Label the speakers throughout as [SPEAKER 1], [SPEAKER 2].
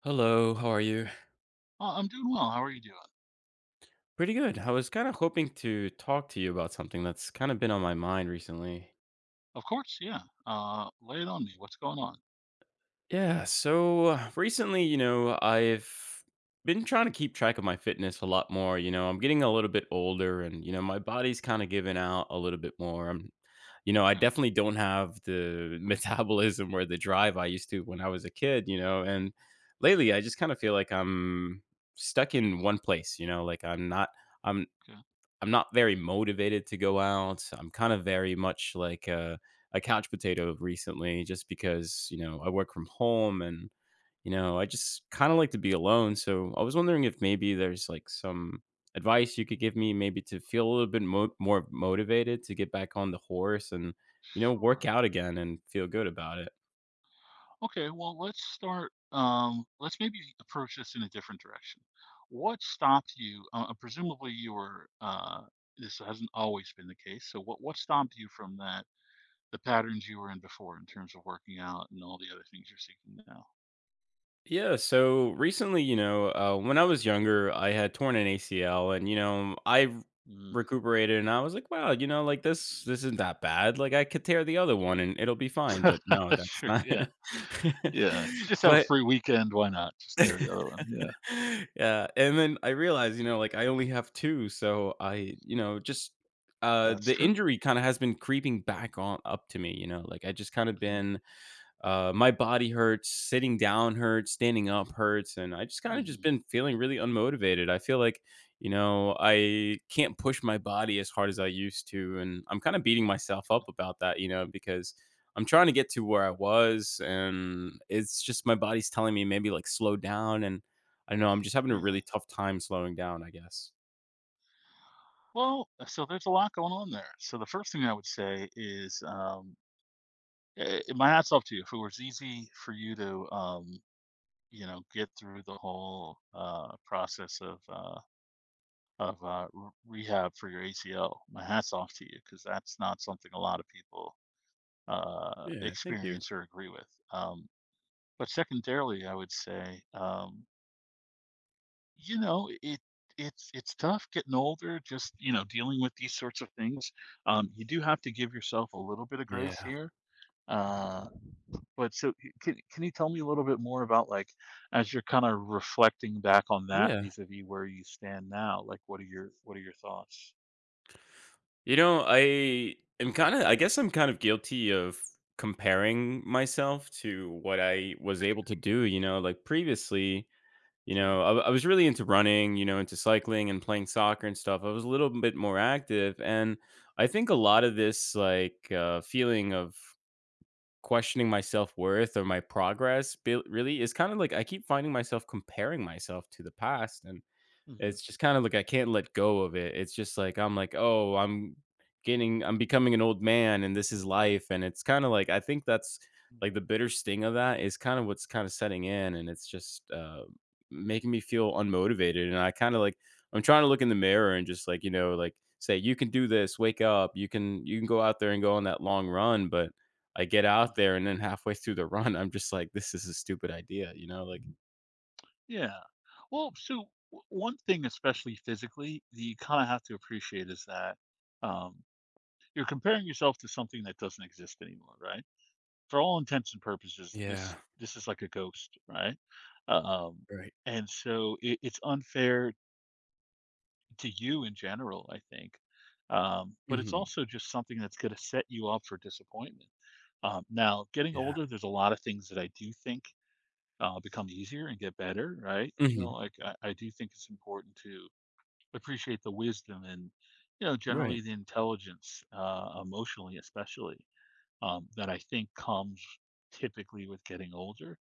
[SPEAKER 1] Hello, how are you?
[SPEAKER 2] I'm doing well. How are you doing?
[SPEAKER 1] Pretty good. I was kind of hoping to talk to you about something that's kind of been on my mind recently.
[SPEAKER 2] Of course, yeah. Lay it on me. What's going on?
[SPEAKER 1] Yeah, so recently, you know, I've been trying to keep track of my fitness a lot more. You know, I'm getting a little bit older and, you know, my body's kind of giving out a little bit more. I'm, you know, I
[SPEAKER 2] Okay,
[SPEAKER 1] definitely don't have the metabolism or the drive I used to when I was a kid, you know, and lately I
[SPEAKER 2] sure.
[SPEAKER 1] just kind of feel like I'm stuck in one place, you know, like I'm
[SPEAKER 2] Okay,
[SPEAKER 1] I'm not very motivated to go out. I'm kind of very much like a couch potato recently, just because you know I work from
[SPEAKER 2] okay.
[SPEAKER 1] home and you know I just kind of like to be alone. So I was wondering if maybe there's like some advice you could give me, maybe to feel a little bit more motivated to get back on the horse and you know work
[SPEAKER 2] Sure.
[SPEAKER 1] out again and feel good about it.
[SPEAKER 2] Okay, well, let's start. Let's maybe approach this in a different direction. What stopped you? Presumably, you were. This hasn't always been the case. So, what stopped you from that? The patterns you were in before, in terms of working out and all the other things you're seeking
[SPEAKER 1] Yeah, so recently, you know, when I was younger, I had torn an ACL, and you know,
[SPEAKER 2] now.
[SPEAKER 1] recuperated, and I was like, "Wow, you know, like this isn't that bad. Like I could tear the other one, and it'll be fine." But
[SPEAKER 2] Mm.
[SPEAKER 1] no, that's
[SPEAKER 2] Sure.
[SPEAKER 1] not.
[SPEAKER 2] Yeah. Yeah. If you just have a
[SPEAKER 1] But
[SPEAKER 2] free weekend. Why not? Just tear the other one. Yeah.
[SPEAKER 1] yeah, and then I realized, you know, like I only have two, so I, you know, just
[SPEAKER 2] That's
[SPEAKER 1] the
[SPEAKER 2] true.
[SPEAKER 1] injury kind of has been creeping back on up to me. You know, like I just kind of been my body hurts, sitting down hurts, standing up hurts, and I just kind of just
[SPEAKER 2] Mhm.
[SPEAKER 1] been feeling really unmotivated. I feel like, you know, I can't push my body as hard as I used to, and I'm kind of beating myself up about that, you know, because I'm trying to get to where I was, and it's just my body's telling me maybe like slow down, and I don't know I'm just having a
[SPEAKER 2] Yeah.
[SPEAKER 1] really tough time slowing down, I guess.
[SPEAKER 2] Well, so there's a lot going on there. So the first thing I would say is, my hat's off to you. If it was easy for you to, you know, get through the whole process of rehab for your ACL, my hat's off to you because that's not something a lot of people
[SPEAKER 1] Yeah, thank you.
[SPEAKER 2] experience or agree with. But secondarily, I would say. Um, you know, it's tough getting older, just, you know, dealing with these sorts of things. You do have to give yourself a little bit of grace
[SPEAKER 1] Yeah.
[SPEAKER 2] here. Uh, but so can you tell me a little bit more about like as you're kind of reflecting back on that
[SPEAKER 1] Yeah.
[SPEAKER 2] vis-a-vis where you stand now, like what are your thoughts?
[SPEAKER 1] You know, I am kind of, I guess I'm kind of guilty of comparing myself to what I was able to do, you know, like previously, you
[SPEAKER 2] Okay.
[SPEAKER 1] know, I was really into running, you know, into cycling and playing soccer and stuff. I was a little bit more active. And I think a
[SPEAKER 2] Hmm.
[SPEAKER 1] lot of this, like, feeling of questioning my self worth or my really is kind of like I keep finding myself comparing myself to the past. And
[SPEAKER 2] Hmm.
[SPEAKER 1] it's just kinda like I can't let go of it. It's just like I'm like, "Oh, I'm becoming an old man and this is life," and it's kinda like I think that's like
[SPEAKER 2] Yeah.
[SPEAKER 1] the bitter sting of that is kinda what's kinda setting in, and it's just, making me feel unmotivated, and I kinda like I'm trying to look in the mirror and just like, you know, like, say, "You can do this, wake up, you can go out there and go on that long run," but I get out
[SPEAKER 2] Hmm.
[SPEAKER 1] there and then halfway through the run, I'm just like, "This is a stupid idea," you know, like
[SPEAKER 2] Yeah. Well, so one thing, especially physically, that you kind of have to appreciate is that um, you're comparing yourself to something that doesn't exist anymore, right? For all intents and purposes,
[SPEAKER 1] Yeah,
[SPEAKER 2] this is like a ghost, right? Um,
[SPEAKER 1] right.
[SPEAKER 2] and so it's unfair to you in general, I think. But it's
[SPEAKER 1] Mhm.
[SPEAKER 2] also just something that's going to set you up for disappointment. Now, getting
[SPEAKER 1] Yeah.
[SPEAKER 2] older, there's a lot of things that I do think become easier and get better, right? You know,
[SPEAKER 1] Mhm.
[SPEAKER 2] like I do think it's important to appreciate the wisdom and, you know,
[SPEAKER 1] Right.
[SPEAKER 2] generally the intelligence, emotionally especially, that I think comes typically with getting older.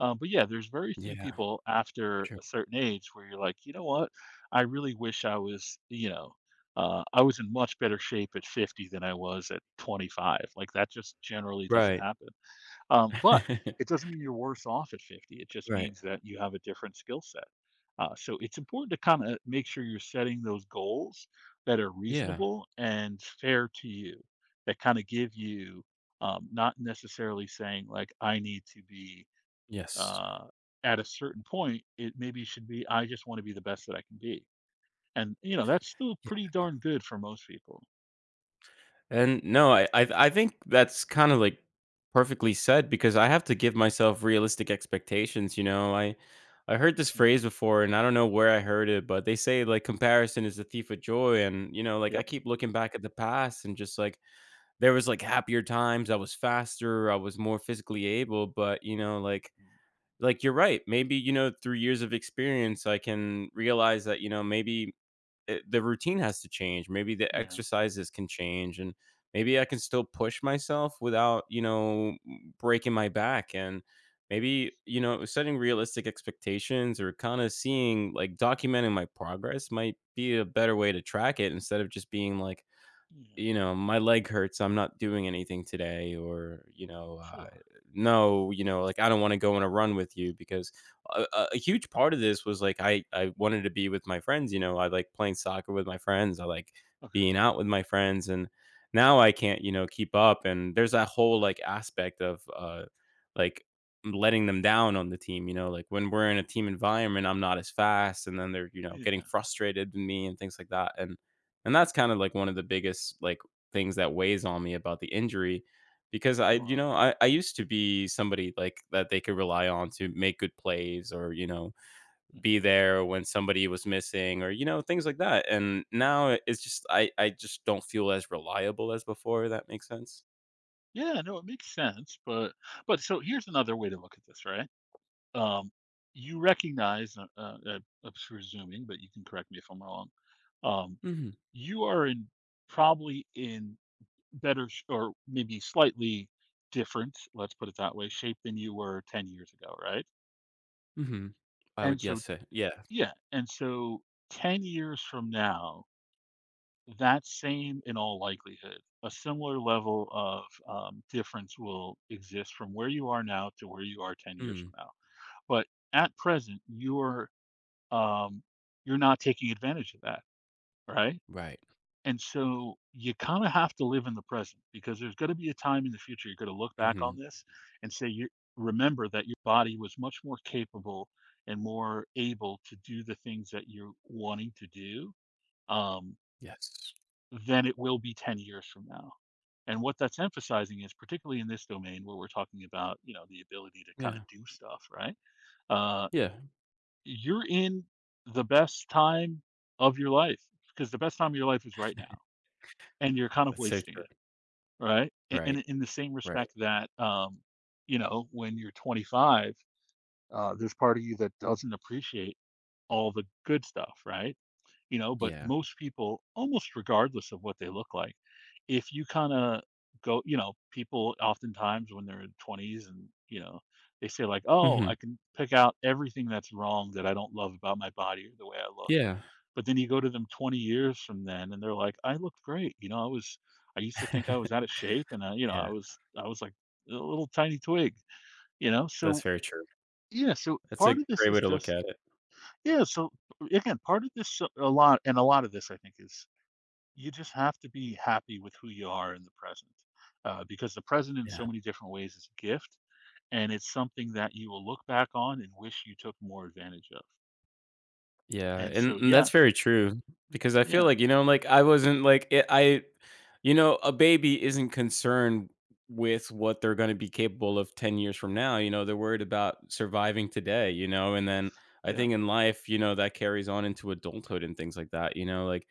[SPEAKER 2] But yeah, there's very few
[SPEAKER 1] Yeah,
[SPEAKER 2] people after
[SPEAKER 1] true.
[SPEAKER 2] a certain age where you're like, you know what? I really wish I was, you know, I was in much better shape at 50 than I was at 25. Like that just generally doesn't
[SPEAKER 1] Right.
[SPEAKER 2] happen. But it doesn't mean you're worse off at 50. It just
[SPEAKER 1] Right.
[SPEAKER 2] means that you have a different skill set. So it's important to kind of make sure you're setting those goals that are
[SPEAKER 1] Yeah.
[SPEAKER 2] reasonable and fair to you, that kind of give you not necessarily saying like I need to be
[SPEAKER 1] Yes.
[SPEAKER 2] uh, at a certain point, it maybe should be, I just want to be the best that I can be. And, you know, that's still
[SPEAKER 1] Yeah.
[SPEAKER 2] pretty darn good for most people.
[SPEAKER 1] And no, I think that's kind of like perfectly said because I have to give myself realistic expectations, you know. I heard this
[SPEAKER 2] Yeah.
[SPEAKER 1] phrase before and I don't know where I heard it, but they say like comparison is the thief of joy and you know, like I
[SPEAKER 2] Yep.
[SPEAKER 1] keep looking back at the past and just like there was like happier times, I was faster, I was more physically able, but you know, like, you're right. Maybe, you know, through years of experience, I can realize that, you know, maybe the routine has to change. Maybe the
[SPEAKER 2] Yeah.
[SPEAKER 1] exercises can change and maybe I can still push myself without, you know, breaking my back and maybe, you know, setting realistic expectations or kind of seeing like documenting my progress might be a better way to track it instead of just being like
[SPEAKER 2] Yeah.
[SPEAKER 1] you know, "My leg hurts, I'm not doing anything today," or, you know,
[SPEAKER 2] Sure.
[SPEAKER 1] "No," you know, like, "I don't wanna go on a run with you," because a huge part of this was, like, I wanted to be with my friends, you know, I like playing soccer with my friends, I like
[SPEAKER 2] Okay.
[SPEAKER 1] being out with my friends, and now I can't, you know, keep up, and there's that whole, like, aspect of, like, letting them down on the team, you know, like, when we're in a team environment, I'm not as fast, and then they're, you know, getting
[SPEAKER 2] Yeah.
[SPEAKER 1] frustrated with me and things like that, and that's kind of like one of the biggest like things that weighs on me about the injury because I, you
[SPEAKER 2] Sure.
[SPEAKER 1] know, I used to be somebody like that they could rely on to make good plays or, you know, be
[SPEAKER 2] Hmm.
[SPEAKER 1] there when somebody was missing or, you know, things like that. And now it's just, I just don't feel as reliable as before. That makes sense.
[SPEAKER 2] Yeah. No, it makes sense. But so here's another way to look at this, right? Um, you recognize, I'm presuming, but you can correct me if I'm wrong. Um,
[SPEAKER 1] Hmm.
[SPEAKER 2] you are in probably in better sh or maybe slightly different, let's put it that way, shape than you were 10 years ago, right?
[SPEAKER 1] Hmm. I would,
[SPEAKER 2] And so
[SPEAKER 1] yes, say, yeah.
[SPEAKER 2] yeah, and so 10 years from now, that same in all likelihood, a similar level of, difference will exist from where you are now to where you are 10 years
[SPEAKER 1] Mm,
[SPEAKER 2] from now. But at present, um, you're not taking advantage of that, right?
[SPEAKER 1] right.
[SPEAKER 2] And so you kinda have to live in the present because there's gonna be a time in the future you're gonna look back
[SPEAKER 1] Hmm.
[SPEAKER 2] on this and say you remember that your body was much more capable and more able to do the things that you're wanting to do, um,
[SPEAKER 1] Yes.
[SPEAKER 2] than it will be 10 years from now. And what that's emphasizing is particularly in this domain where we're talking about, you know, the ability to kinda
[SPEAKER 1] Yeah.
[SPEAKER 2] do stuff, right? Uh,
[SPEAKER 1] Yeah.
[SPEAKER 2] you're in the best time of your life because the best time of your life is right now, and you're kind of
[SPEAKER 1] That's so
[SPEAKER 2] wasting
[SPEAKER 1] true.
[SPEAKER 2] it. Right? A And
[SPEAKER 1] Right.
[SPEAKER 2] in the same
[SPEAKER 1] Right.
[SPEAKER 2] respect that, you know, when you're 25, there's part of you that doesn't appreciate all the good stuff, right? You know, but
[SPEAKER 1] Yeah.
[SPEAKER 2] most people, almost regardless of what they look like, if you kinda go, you know, people oftentimes when they're in 20s and, you know, they say like, "Oh,
[SPEAKER 1] Hmm.
[SPEAKER 2] I can pick out everything that's wrong that I don't love about my body or the way I look."
[SPEAKER 1] Yeah.
[SPEAKER 2] But then you go to them 20 years from then and they're like, "I looked great." You know, I was, I used to think I was out of shape and you know,
[SPEAKER 1] Yeah.
[SPEAKER 2] I was like a little tiny twig, you know?
[SPEAKER 1] That's
[SPEAKER 2] So,
[SPEAKER 1] very true.
[SPEAKER 2] yeah, so
[SPEAKER 1] That's a
[SPEAKER 2] part of this
[SPEAKER 1] great way
[SPEAKER 2] is
[SPEAKER 1] to look
[SPEAKER 2] just,
[SPEAKER 1] at it.
[SPEAKER 2] yeah, so again, part of this a lot, of this I think is you just have to be happy with who you are in the present. Because the present in so
[SPEAKER 1] Yeah.
[SPEAKER 2] many different ways is a gift and it's something that you will look back on and wish you took more advantage of.
[SPEAKER 1] Yeah,
[SPEAKER 2] And so
[SPEAKER 1] and that's
[SPEAKER 2] yeah,
[SPEAKER 1] very true because I feel
[SPEAKER 2] yeah,
[SPEAKER 1] like, you know, like I wasn't like it, I, you know, a baby isn't concerned with what they're going to be capable of 10 years from now. You know, they're worried about surviving today, you know, and then I
[SPEAKER 2] yeah.
[SPEAKER 1] think in life, you know, that carries on into adulthood and things like that, you know, like,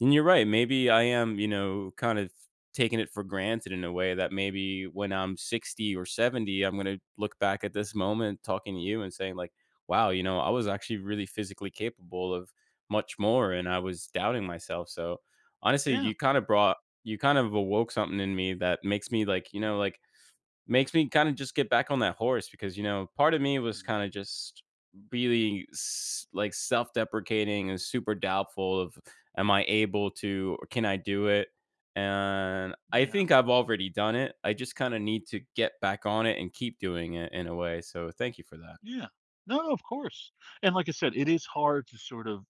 [SPEAKER 1] and you're right.
[SPEAKER 2] Mhm.
[SPEAKER 1] Maybe I am, you know, kind of taking it for granted in a way that maybe when I'm 60 or 70, I'm going to look back at this moment talking to you and saying, like, wow, you know, I was actually really physically capable of much more and I was doubting myself. So honestly,
[SPEAKER 2] Yeah.
[SPEAKER 1] you kind of awoke something in me that makes me like, you know, like makes me kind of just get back on that horse because, you know, part of me was
[SPEAKER 2] Mhm.
[SPEAKER 1] kind of just really like self-deprecating and super doubtful of am I able to or can I do it? And I
[SPEAKER 2] Yeah.
[SPEAKER 1] think I've already done it. I just kind of need to get back on it and keep doing it in a way. So thank you for that.
[SPEAKER 2] Yeah. No, no, of course. And like I said, it is hard to sort of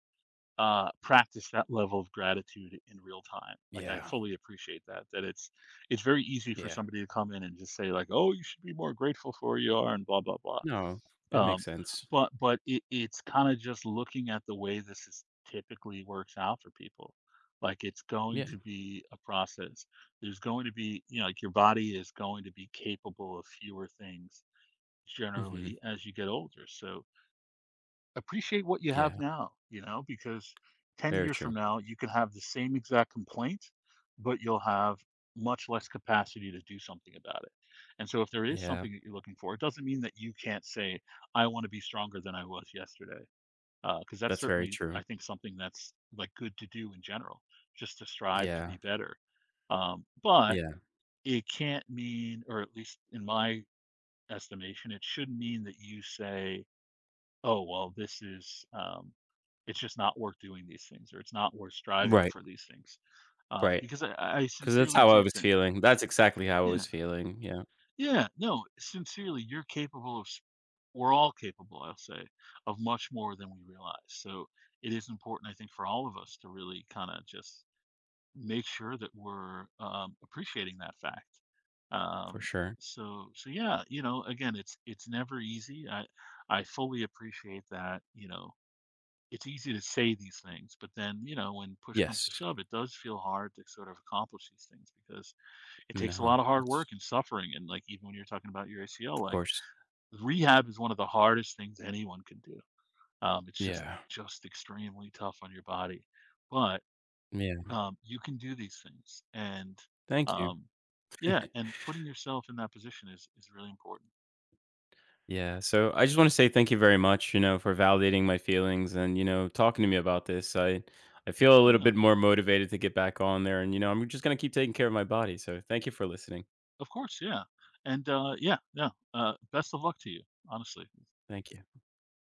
[SPEAKER 2] practice that level of gratitude in real time. Like I
[SPEAKER 1] Yeah.
[SPEAKER 2] fully appreciate that. That it's very easy for
[SPEAKER 1] Yeah.
[SPEAKER 2] somebody to come in and just say like, "Oh, you should be more grateful for where you are," and blah blah blah.
[SPEAKER 1] No, it makes
[SPEAKER 2] Um,
[SPEAKER 1] sense.
[SPEAKER 2] but it's kind of just looking at the way this is typically works out for people. Like it's going
[SPEAKER 1] Yeah.
[SPEAKER 2] to be a process. There's going to be, you know, like your body is going to be capable of fewer things
[SPEAKER 1] Mhm.
[SPEAKER 2] generally as you get older. So appreciate what you have
[SPEAKER 1] Yeah,
[SPEAKER 2] now, you know, because 10
[SPEAKER 1] very
[SPEAKER 2] years from
[SPEAKER 1] true.
[SPEAKER 2] now, you can have the same exact complaint, but you'll have much less capacity to do something about it. And so, if there is
[SPEAKER 1] Yeah,
[SPEAKER 2] something that you're looking for, it doesn't mean that you can't say, I want to be stronger than I was yesterday. Because that's
[SPEAKER 1] that's very
[SPEAKER 2] certainly, I
[SPEAKER 1] true.
[SPEAKER 2] think, something that's like good to do in general, just to strive to
[SPEAKER 1] Yeah,
[SPEAKER 2] be better. But
[SPEAKER 1] yeah.
[SPEAKER 2] it can't mean, or at least in my estimation, it should mean that you say, oh well this is it's just not worth doing these things or it's not worth striving
[SPEAKER 1] Right,
[SPEAKER 2] for these things,
[SPEAKER 1] right.
[SPEAKER 2] because I
[SPEAKER 1] Because that's
[SPEAKER 2] sincerely
[SPEAKER 1] how I
[SPEAKER 2] do
[SPEAKER 1] was
[SPEAKER 2] think,
[SPEAKER 1] feeling. That's exactly how I
[SPEAKER 2] yeah,
[SPEAKER 1] was feeling. Yeah,
[SPEAKER 2] yeah, no, sincerely you're capable of, we're all capable, I'll say, of much more than we realize, so it is important I think for all of us to really kind of just make sure that we're appreciating that fact,
[SPEAKER 1] for
[SPEAKER 2] um
[SPEAKER 1] sure.
[SPEAKER 2] so so yeah, you know, again it's never easy, I fully appreciate that, you know, it's easy to say these things, but then, you know, when push comes
[SPEAKER 1] Yes.
[SPEAKER 2] to shove, it does feel hard to sort of accomplish these things because it takes a lot
[SPEAKER 1] No,
[SPEAKER 2] of hard work
[SPEAKER 1] it's
[SPEAKER 2] and suffering. And like, even when you're talking about your ACL,
[SPEAKER 1] of
[SPEAKER 2] like
[SPEAKER 1] course.
[SPEAKER 2] rehab is one of the hardest things anyone can do. It's
[SPEAKER 1] Yeah.
[SPEAKER 2] just extremely tough on your body, but
[SPEAKER 1] Yeah.
[SPEAKER 2] you can do these things. And
[SPEAKER 1] Thank you.
[SPEAKER 2] um, yeah, and putting yourself in that position is really important.
[SPEAKER 1] Yeah, so I just wanna say thank you very much, you know, for validating my feelings and, you know, talking to me about this. I feel a little
[SPEAKER 2] Yeah,
[SPEAKER 1] bit more motivated to get back on there and, you know, I'm just gonna keep taking care of my body, so thank you for listening.
[SPEAKER 2] of course. Yeah. And yeah. Best of luck to you, honestly.
[SPEAKER 1] Thank you.